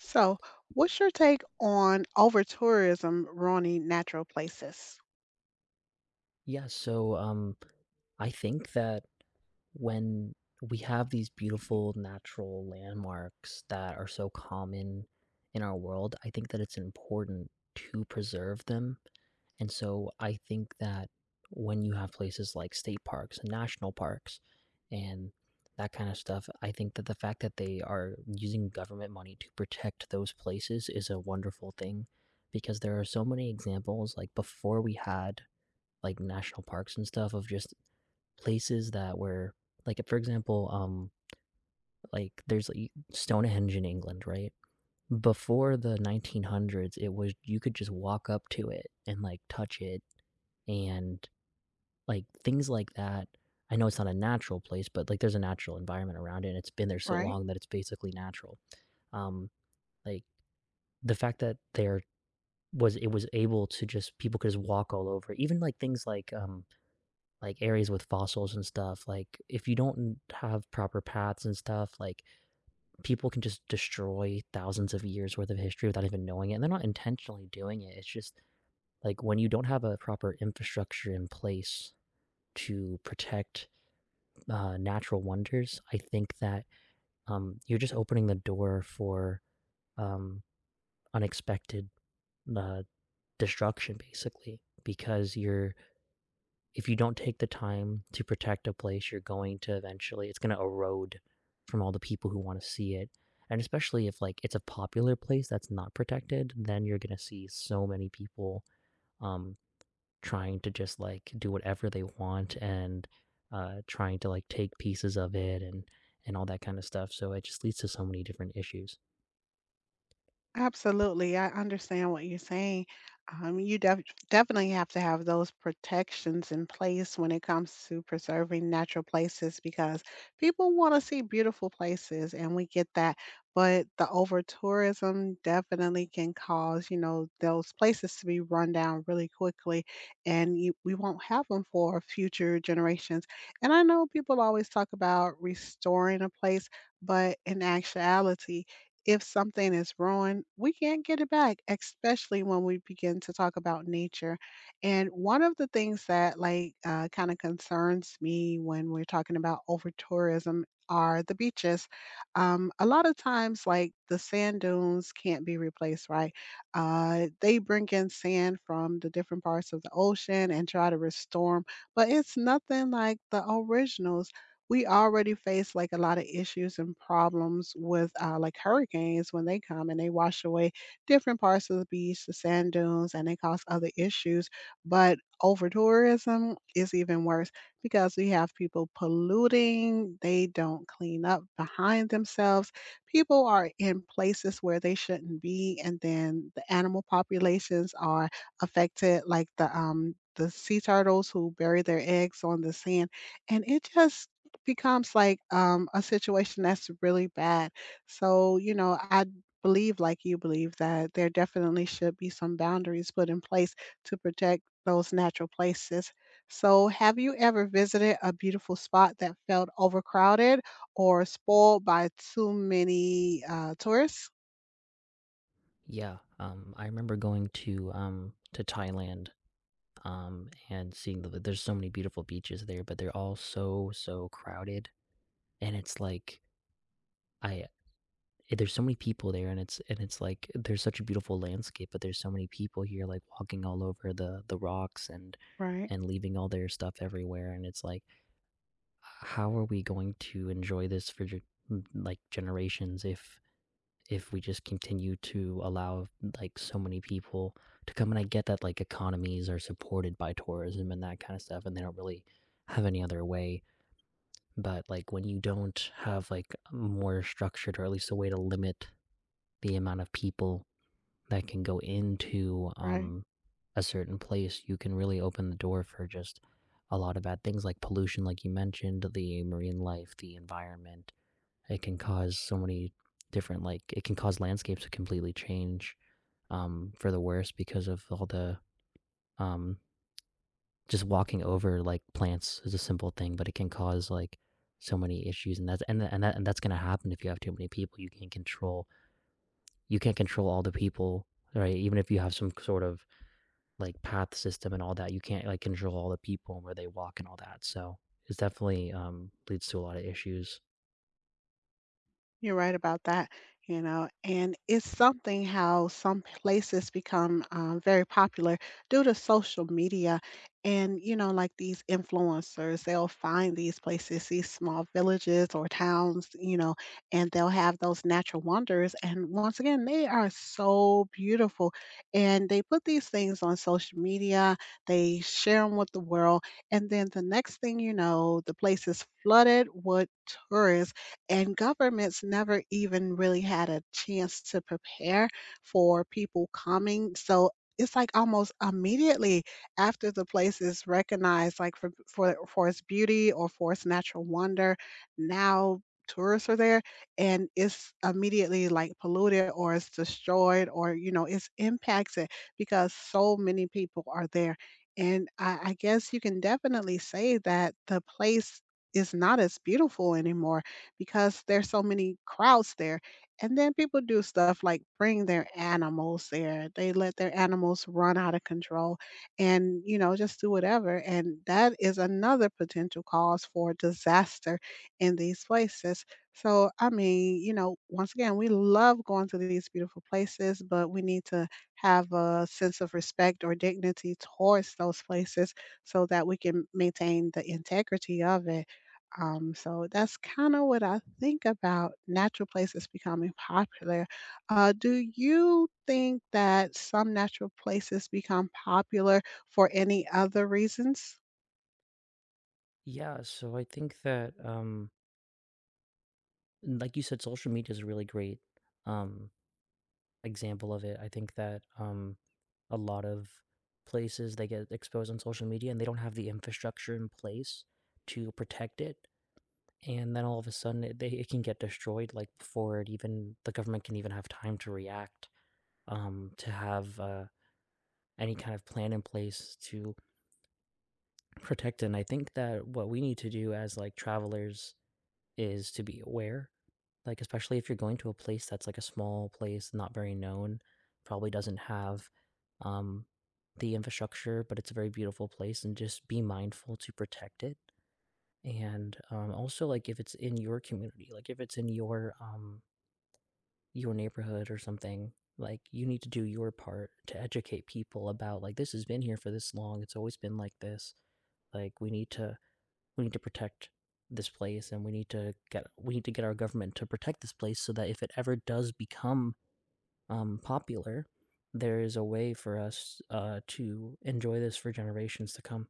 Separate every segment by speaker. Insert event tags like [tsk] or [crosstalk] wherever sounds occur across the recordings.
Speaker 1: So, what's your take on over tourism ruining natural places,
Speaker 2: Yeah, so um, I think that when we have these beautiful natural landmarks that are so common in our world, I think that it's important to preserve them. And so I think that when you have places like state parks and national parks and that kind of stuff, I think that the fact that they are using government money to protect those places is a wonderful thing because there are so many examples like before we had like national parks and stuff of just places that were like, for example, like there's like Stonehenge in England, right? Before the 1900s, it was you could just walk up to it and like touch it and like things like that. I know it's not a natural place, but like there's a natural environment around it, and it's been there so
Speaker 1: right?
Speaker 2: long that it's basically natural. Um, like the fact that there was it was able to just people could just walk all over, even like things like areas with fossils and stuff, like if you don't have proper paths and stuff, like people can just destroy thousands of years worth of history without even knowing it, and they're not intentionally doing it, it's just like when you don't have a proper infrastructure in place to protect natural wonders. I think that you're just opening the door for um, unexpected uh, destruction, basically, because you're if you don't take the time to protect a place, you're going to eventually it's gonna erode from all the people who want to see it. And especially if like it's a popular place that's not protected, then you're gonna see so many people um trying to just like do whatever they want, and trying to like take pieces of it and all that kind of stuff. So it just leads to so many different issues.
Speaker 1: Absolutely, I understand what you're saying. Um, you def- Definitely have to have those protections in place when it comes to preserving natural places because people want to see beautiful places, and we get that. But the over tourism definitely can cause, you know, those places to be run down really quickly, and you, we won't have them for future generations. And I know people always talk about restoring a place, but in actuality, if something is ruined, we can't get it back, especially when we begin to talk about nature. And one of the things that kind of concerns me when we're talking about over tourism are the beaches. A lot of times, like the sand dunes can't be replaced, right? They bring in sand from the different parts of the ocean and try to restore them, but it's nothing like the originals. We already face like a lot of issues and problems with like hurricanes when they come and they wash away different parts of the beach, the sand dunes, and they cause other issues. But over tourism is even worse because we have people polluting, they don't clean up behind themselves. People are in places where they shouldn't be, and then the animal populations are affected, like the sea turtles who bury their eggs on the sand and it just becomes like a situation that's really bad. So, you know, I believe like you believe that there definitely should be some boundaries put in place to protect those natural places. So, have you ever visited a beautiful spot that felt overcrowded or spoiled by too many tourists?
Speaker 2: Yeah, I remember going to Thailand, and seeing there's so many beautiful beaches there, but they're all so crowded, and it's like I there's so many people there, and it's like there's such a beautiful landscape, but there's so many people here like walking all over the rocks
Speaker 1: Right,
Speaker 2: and leaving all their stuff everywhere, and it's like how are we going to enjoy this for like generations if we just continue to allow like so many people to come. And I get that like economies are supported by tourism and that kind of stuff, and they don't really have any other way, but like when you don't have like more structured or at least a way to limit the amount of people that can go into
Speaker 1: right.
Speaker 2: a certain place, you can really open the door for just a lot of bad things, like pollution, like you mentioned, the marine life, the environment. It can cause so many different like it can cause landscapes to completely change, for the worse, because of all the, um just walking over, like, plants is a simple thing, but it can cause like so many issues, and that's and that and that and that's gonna happen if you have too many people. You can't control all the people, right? Even if you have some sort of like path system and all that, you can't like control all the people and where they walk and all that, so it's definitely, leads to a lot of issues.
Speaker 1: You're right about that, you know, and it's something how some places become very popular due to social media. And, you know, like these influencers, they'll find these places, these small villages or towns, you know, and they'll have those natural wonders. And once again, they are so beautiful. And they put these things on social media, they share them with the world. And then the next thing you know, the place is flooded with tourists and governments never even really had a chance to prepare for people coming. So it's like almost immediately after the place is recognized, like for its beauty or for its natural wonder, now tourists are there and it's immediately like polluted or it's destroyed or you know it's impacted because so many people are there and I guess you can definitely say that the place is not as beautiful anymore because there's so many crowds there. And then people do stuff like bring their animals there. They let their animals run out of control and, you know, just do whatever. And that is another potential cause for disaster in these places. So, I mean, you know, once again, we love going to these beautiful places, but we need to have a sense of respect or dignity towards those places so that we can maintain the integrity of it. So that's kind of what I think about natural places becoming popular. Do you think that some natural places become popular for any other reasons?
Speaker 2: Yeah, so I think that, and like you said, social media is a really great, um, example of it. I think that a lot of places they get exposed on social media, and they don't have the infrastructure in place to protect it, and then all of a sudden it can get destroyed. Like before it even the government can even have time to react, to have any kind of plan in place to protect it. And I think that what we need to do as like travelers is to be aware. Like, especially if you're going to a place that's like a small place, not very known, probably doesn't have, um, the infrastructure, but it's a very beautiful place, and just be mindful to protect it. And also, like, if it's in your community, like if it's in your neighborhood or something, like you need to do your part to educate people about like this has been here for this long. It's always been like this. Like we need to protect this place, and we need to get our government to protect this place so that if it ever does become, popular, there is a way for us to enjoy this for generations to come.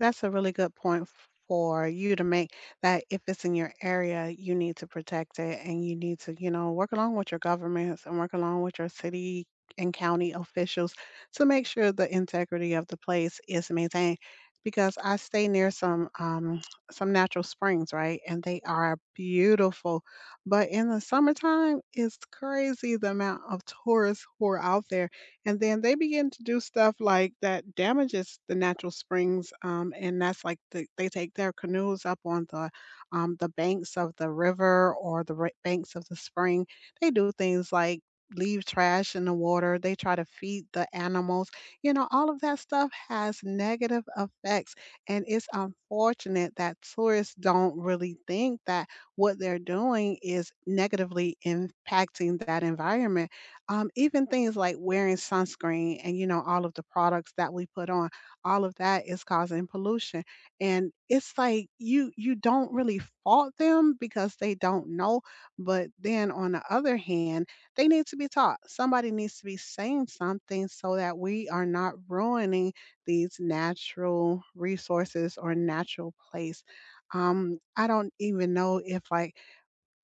Speaker 1: That's a really good point for you to make that if it's in your area, you need to protect it and you need to, you know, work along with your governments and work along with your city and county officials to make sure the integrity of the place is maintained. Because I stay near some [tsk] some natural springs, right? And they are beautiful. But in the summertime, it's crazy the amount of tourists who are out there. And then they begin to do stuff like that damages the natural springs, and that's like the, they take their canoes up on the banks of the river or the banks of the spring. They do things like leave trash in the water. They try to feed the animals. You know, all of that stuff has negative effects, and it's unfortunate that tourists don't really think that what they're doing is negatively impacting that environment even things like wearing sunscreen and, you know, all of the products that we put on, all of that is causing pollution. And it's like you don't really fault them because they don't know. But then on the other hand, they need to be taught. Somebody needs to be saying something so that we are not ruining these natural resources or natural place. I don't even know if like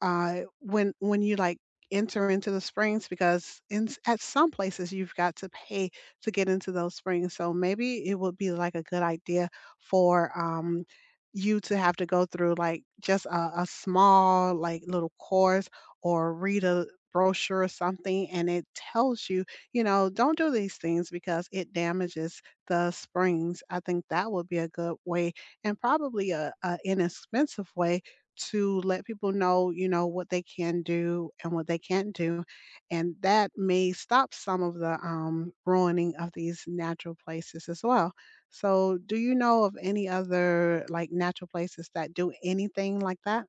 Speaker 1: when you, like, enter into the springs because in s at some places, you've got to pay to get into those springs, so maybe it would be, like, a good idea for, you to have to go through, like, just a small, like, little course or read a brochure or something, and it tells you, you know, "Don't do these things because it damages the springs." I think that would be a good way and probably a inexpensive way to let people know, you know, what they can do and what they can't do. And that may stop some of the ruining of these natural places as well. So, do you know of any other like natural places that do anything like that?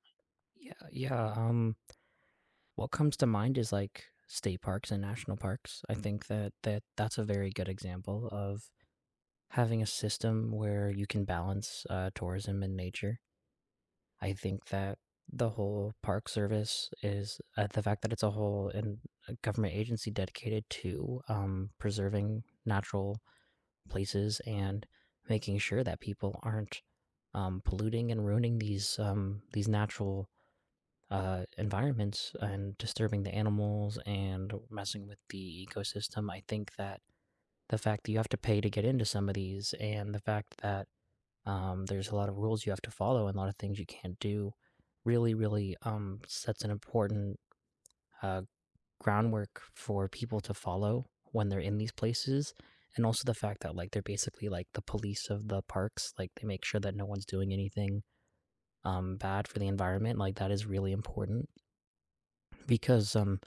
Speaker 2: Yeah. What comes to mind is like state parks and national parks. I think that that's a very good example of having a system where you can balance tourism and nature. I think that the whole park service is the fact that it's a whole and a government agency dedicated to, preserving natural places, and making sure that people aren't, polluting and ruining these, these natural environments, and disturbing the animals, and messing with the ecosystem. I think that the fact that you have to pay to get into some of these, and the fact that there's a lot of rules you have to follow and a lot of things you can't do, really, really, sets an important uh, groundwork for people to follow when they're in these places. And also the fact that like they're basically like the police of the parks, like they make sure that no one's doing anything, bad for the environment. Like that is really important because,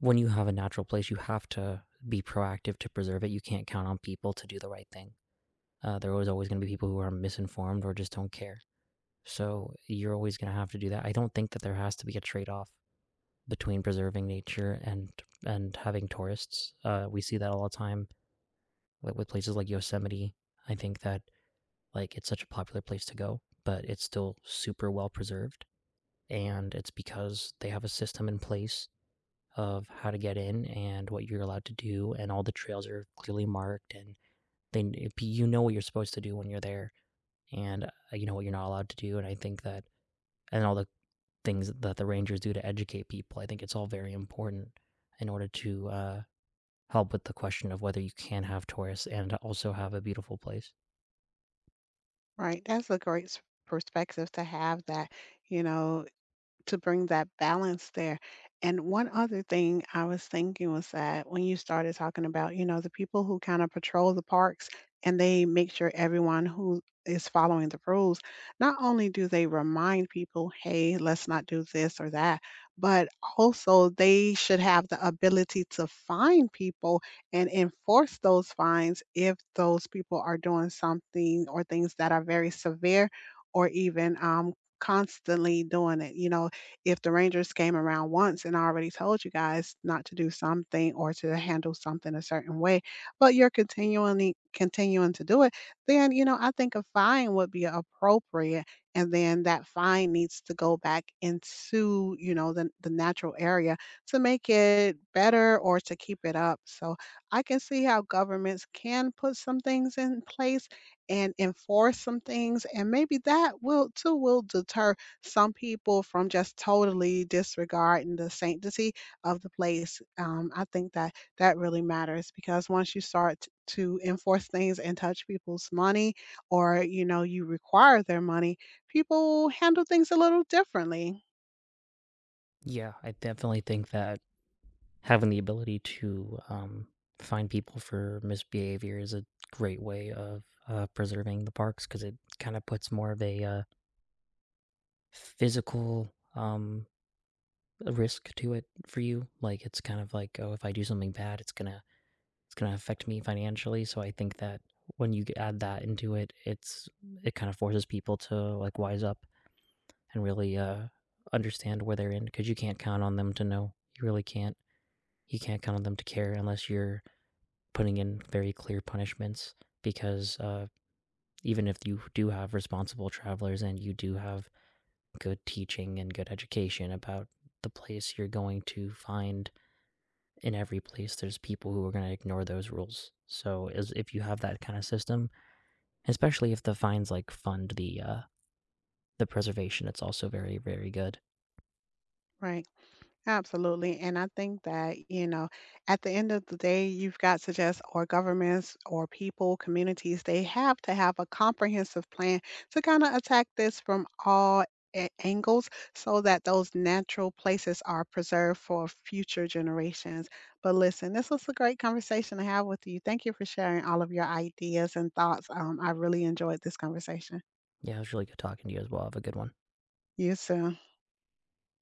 Speaker 2: when you have a natural place, you have to be proactive to preserve it. You can't count on people to do the right thing. There is always going to be people who are misinformed or just don't care. So you're always going to have to do that. I don't think that there has to be a trade-off between preserving nature and having tourists. We see that all the time like with places like Yosemite. I think that like it's such a popular place to go, but it's still super well preserved, and it's because they have a system in place of how to get in and what you're allowed to do, and all the trails are clearly marked, and they you know what you're supposed to do when you're there, and you know what you're not allowed to do. And I think that and all the things that the Rangers do to educate people, I think it's all very important in order to, help with the question of whether you can have tourists and also have a beautiful place.
Speaker 1: Right. That's a great perspective to have that, you know, to bring that balance there. And one other thing I was thinking was that when you started talking about, you know, the people who kind of patrol the parks and they make sure everyone who is following the rules, not only do they remind people, hey, let's not do this or that, but also they should have the ability to fine people and enforce those fines if those people are doing something or things that are very severe or even constantly doing it. You know, if the Rangers came around once and I already told you guys not to do something or to handle something a certain way, but you're continually continuing to do it, then, you know, I think a fine would be appropriate. And then that fine needs to go back into, you know, the natural area to make it better or to keep it up. So I can see how governments can put some things in place and enforce some things. And maybe that will deter some people from just totally disregarding the sanctity of the place. I think that that really matters because once you start to enforce things and touch people's money, or you know, you require their money, people handle things a little differently,
Speaker 2: Yeah, I definitely think that having the ability to, find people for misbehavior is a great way of, preserving the parks, because it kind of puts more of a, physical, um, risk to it for you. Like it's kind of like, oh, if I do something bad, it's gonna affect me financially. So I think that when you add that into it, it's it kind of forces people to like wise up and really understand where they're in, because you can't count on them to know. You really can't. You can't count on them to care unless you're putting in very clear punishments. Because even if you do have responsible travelers and you do have good teaching and good education about the place you're going to find, in every place there's people who are going to ignore those rules. So as if you have that kind of system, especially if the finds, like, fund the preservation, it's also very, very good.
Speaker 1: right? Absolutely. And I think that, you know, at the end of the day, you've got to just, or governments or people, communities, they have to have a comprehensive plan to kind of attack this from all angles so that those natural places are preserved for future generations. But listen, this was a great conversation to have with you. Thank you for sharing all of your ideas and thoughts. I really enjoyed this conversation.
Speaker 2: Yeah, it was really good talking to you as well. Have a good one.
Speaker 1: You soon.